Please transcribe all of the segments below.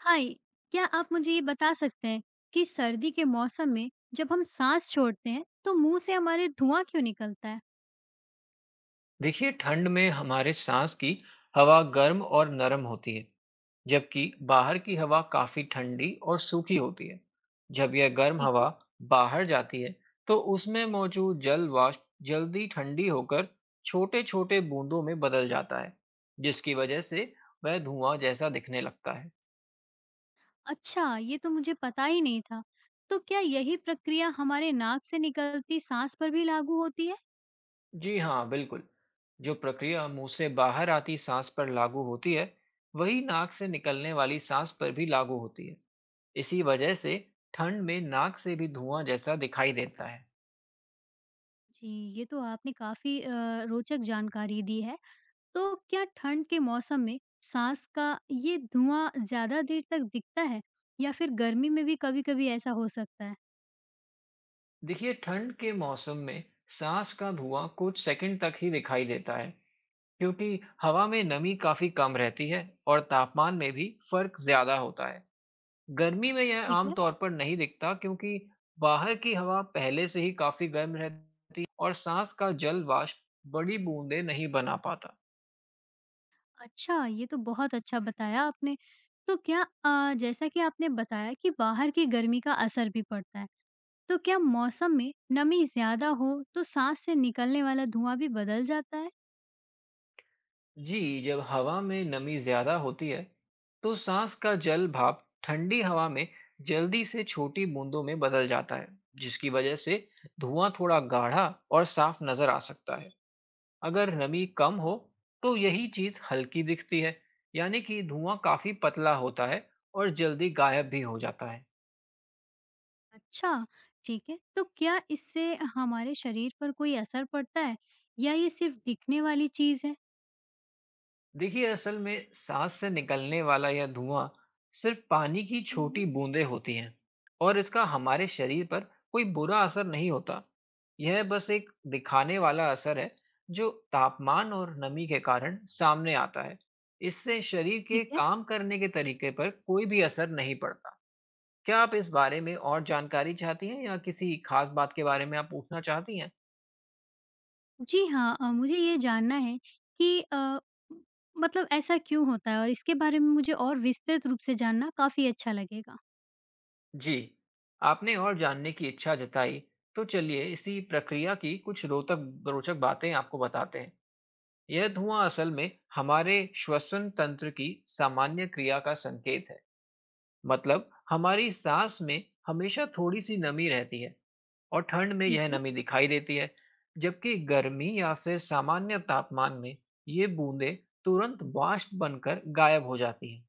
हाय। क्या आप मुझे ये बता सकते हैं कि सर्दी के मौसम में जब हम सांस छोड़ते हैं तो मुंह से हमारे धुआं क्यों निकलता है? देखिए, ठंड में हमारे सांस की हवा गर्म और नरम होती है, जबकि बाहर की हवा काफी ठंडी और सूखी होती है। जब यह गर्म ठीक हवा है। बाहर जाती है, तो उसमें मौजूद जल वाष्प जल्दी ठंडी होकर छोटे छोटे बूंदों में बदल जाता है, जिसकी वजह से वह धुआं जैसा दिखने लगता है। अच्छा, ये तो मुझे पता ही नहीं था। तो क्या यही प्रक्रिया हमारे नाक से निकलती सांस पर भी लागू होती है? जी हाँ, बिल्कुल। जो प्रक्रिया मुंह से बाहर आती सांस पर लागू होती है, वही नाक से निकलने वाली सांस पर भी लागू होती है। इसी वजह से ठंड में नाक से भी धुआं जैसा दिखाई देता है। जी, ये तो आपने काफी रोचक जानकारी दी है। तो क्या ठंड के मौसम में सांस का ये धुआं ज्यादा देर तक दिखता है या फिर गर्मी में भी कभी-कभी ऐसा हो सकता है? देखिए, ठंड के मौसम में सांस का धुआं कुछ सेकंड तक ही दिखाई देता है, क्योंकि हवा में नमी काफी कम रहती है और तापमान में भी फर्क ज्यादा होता है। गर्मी में यह ठीक है। आमतौर पर नहीं दिखता, क्योंकि बाहर की हवा पहले से ही काफी गर्म रहती है और सांस का जल वाष्प बड़ी बूंदें नहीं बना पाता। अच्छा, ये तो बहुत अच्छा बताया आपने। तो क्या जैसा कि आपने बताया कि बाहर की गर्मी का असर भी पड़ता है, तो क्या मौसम में नमी ज़्यादा हो, तो साँस से निकलने वाला धुआँ भी बदल जाता है? जी, जब हवा में नमी ज्यादा होती है, तो सांस का जल भाप ठंडी हवा में जल्दी से छोटी बूंदों में बदल जाता है, जिसकी वजह से धुआं थोड़ा गाढ़ा और साफ नजर आ सकता है। अगर नमी कम हो, तो यही चीज हल्की दिखती है, यानी कि धुआं काफी पतला होता है और जल्दी गायब भी हो जाता है। अच्छा, ठीक है। तो क्या इससे हमारे शरीर पर कोई असर पड़ता है या ये सिर्फ़ दिखने वाली चीज़ है? देखिए, असल में सांस से निकलने वाला यह धुआं सिर्फ पानी की हुँ। छोटी बूंदें होती हैं, और इसका हमारे शरीर पर कोई बुरा असर नहीं होता। यह बस एक दिखाने वाला असर है, जो तापमान और नमी के कारण सामने आता है। इससे शरीर ठीक के है। काम करने के तरीके पर कोई भी असर नहीं पड़ता। क्या आप इस बारे में और जानकारी चाहती हैं, या किसी खास बात के बारे में आप पूछना चाहती हैं? जी हाँ, मुझे ये जानना है कि मतलब ऐसा क्यों होता है, और इसके बारे में मुझे और विस्तृत रूप से जानना काफ़ी अच्छा लगेगा। जी, आपने और जानने की इच्छा जताई, तो चलिए इसी प्रक्रिया की कुछ रोचक रोचक बातें आपको बताते हैं। यह धुआं असल में हमारे श्वसन तंत्र की सामान्य क्रिया का संकेत है। मतलब हमारी सांस में हमेशा थोड़ी सी नमी रहती है, और ठंड में ठीक यह है। नमी दिखाई देती है, जबकि गर्मी या फिर सामान्य तापमान में ये बूंदें तुरंत वाष्प बनकर गायब हो जाती हैं।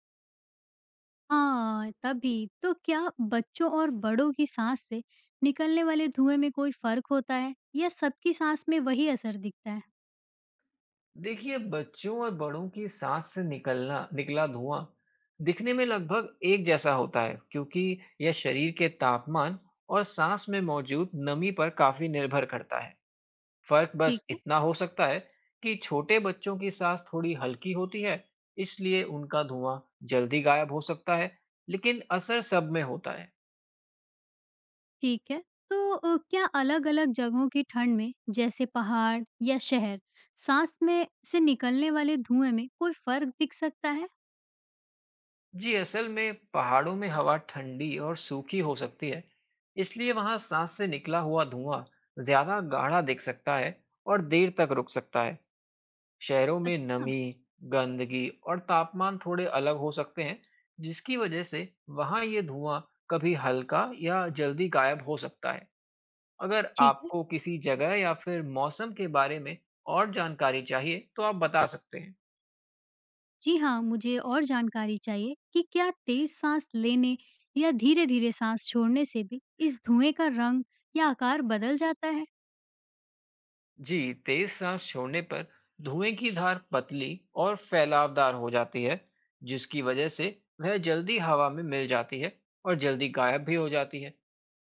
हाँ, तभी। तो क्या बच्चों और बड़ों की सांस से निकलने वाले धुएँ में कोई फ़र्क होता है या सबकी सांस में वही असर दिखता है? देखिए, बच्चों और बड़ों की साँस से निकलना निकला धुआँ दिखने में लगभग एक जैसा होता है, क्योंकि यह शरीर के तापमान और साँस में मौजूद नमी पर काफ़ी निर्भर करता है। फ़र्क ठीक बस है। इतना हो सकता है कि छोटे बच्चों की साँस थोड़ी हल्की होती है, इसलिए उनका धुआँ जल्दी गायब हो सकता है, लेकिन असर सब में होता है। ठीक है। तो क्या अलग-अलग जगहों की ठंड में जैसे पहाड़ या शहर, सांस में से निकलने वाले धुएँ में कोई फ़र्क दिख सकता है? जी, असल में पहाड़ों में हवा ठंडी और सूखी हो सकती है, इसलिए वहां सांस से निकला हुआ धुआं ज्यादा गाढ़ा दिख सकता है और देर तक रुक सकता है। शहरों में अच्छा। नमी, गंदगी और तापमान थोड़े अलग हो सकते हैं, जिसकी वजह से वहां ये धुआं कभी हल्का या जल्दी गायब हो सकता है। अगर ठीक है। आपको किसी जगह या फिर मौसम के बारे में और जानकारी चाहिए, तो आप बता सकते हैं। जी हाँ, मुझे और जानकारी चाहिए कि क्या तेज सांस लेने या धीरे-धीरे सांस छोड़ने से भी इस धुएँ का रंग या आकार बदल जाता है? जी, तेज सांस छोड़ने पर धुएं की धार पतली और फैलावदार हो जाती है, जिसकी वजह से वह जल्दी हवा में मिल जाती है और जल्दी गायब भी हो जाती है।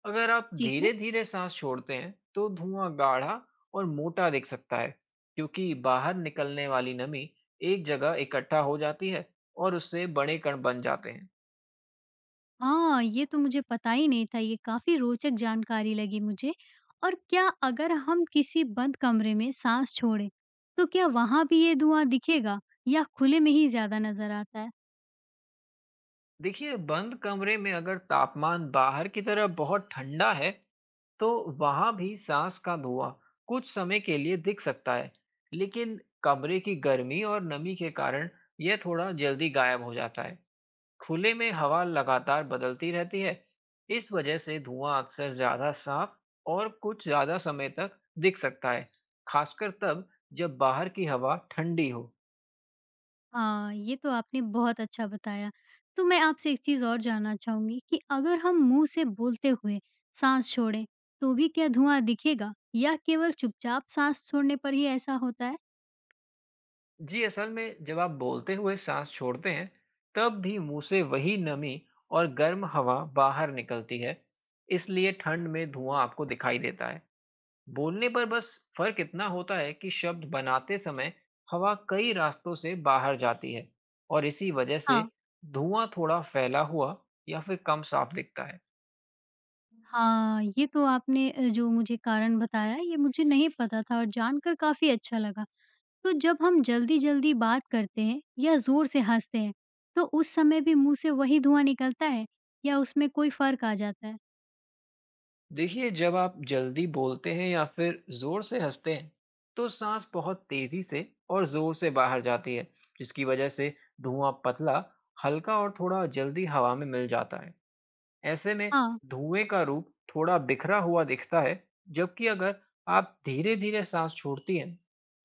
अगर आप ठीक है। धीरे धीरे सांस छोड़ते हैं, तो धुआं गाढ़ा और मोटा दिख सकता है, क्योंकि बाहर निकलने वाली नमी एक जगह इकट्ठा हो जाती है और उससे बड़े कण बन जाते हैं। हाँ, ये तो मुझे पता ही नहीं था, ये काफ़ी रोचक जानकारी लगी मुझे। और क्या अगर हम किसी बंद कमरे में साँस छोड़ें, तो क्या वहाँ भी ये धुआँ दिखेगा या खुले में ही ज़्यादा नज़र आता है? देखिए, बंद कमरे में अगर तापमान बाहर की तरह बहुत ठंडा है, तो वहां भी सांस का धुआं कुछ समय के लिए दिख सकता है, लेकिन कमरे की गर्मी और नमी के कारण यह थोड़ा जल्दी गायब हो जाता है। खुले में हवा लगातार बदलती रहती है, इस वजह से धुआं अक्सर ज्यादा साफ और कुछ ज्यादा समय तक दिख सकता है, खासकर तब जब बाहर की हवा ठंडी हो। हाँ, ये तो आपने बहुत अच्छा बताया। तो मैं आपसे एक चीज़ और जानना चाहूँगी कि अगर हम मुँह से बोलते हुए साँस छोड़ें, तो भी क्या धुआँ दिखेगा या केवल चुपचाप साँस छोड़ने पर ही ऐसा होता है? जी, असल में जब आप बोलते हुए सांस छोड़ते हैं, तब भी मुंह से वही नमी और गर्म हवा बाहर निकलती है, इसलिए ठंड में धुआं आपको दिखाई देता है। बोलने पर बस फर्क इतना होता है कि शब्द बनाते समय हवा कई रास्तों से बाहर जाती है, और इसी वजह से हाँ। धुआं थोड़ा फैला हुआ या फिर कम साफ दिखता है। हाँ, ये तो आपने जो मुझे कारण बताया ये मुझे नहीं पता था, और जानकर काफ़ी अच्छा लगा। तो जब हम जल्दी-जल्दी बात करते हैं या ज़ोर से हँसते हैं, तो उस समय भी मुँह से वही धुआँ निकलता है या उसमें कोई फ़र्क आ जाता है? देखिए, जब आप जल्दी बोलते हैं या फिर जोर से हंसते हैं, तो सांस बहुत तेजी से और जोर से बाहर जाती है, जिसकी वजह से धुआं पतला, हल्का और थोड़ा जल्दी हवा में मिल जाता है। ऐसे में हाँ, धुएं का रूप थोड़ा बिखरा हुआ दिखता है, जबकि अगर आप धीरे धीरे सांस छोड़ती हैं,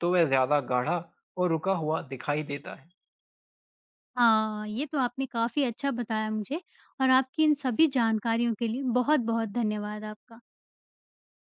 तो वह ज्यादा गाढ़ा और रुका हुआ दिखाई देता है। हाँ, ये तो आपने काफ़ी अच्छा बताया मुझे, और आपकी इन सभी जानकारियों के लिए बहुत-बहुत धन्यवाद आपका।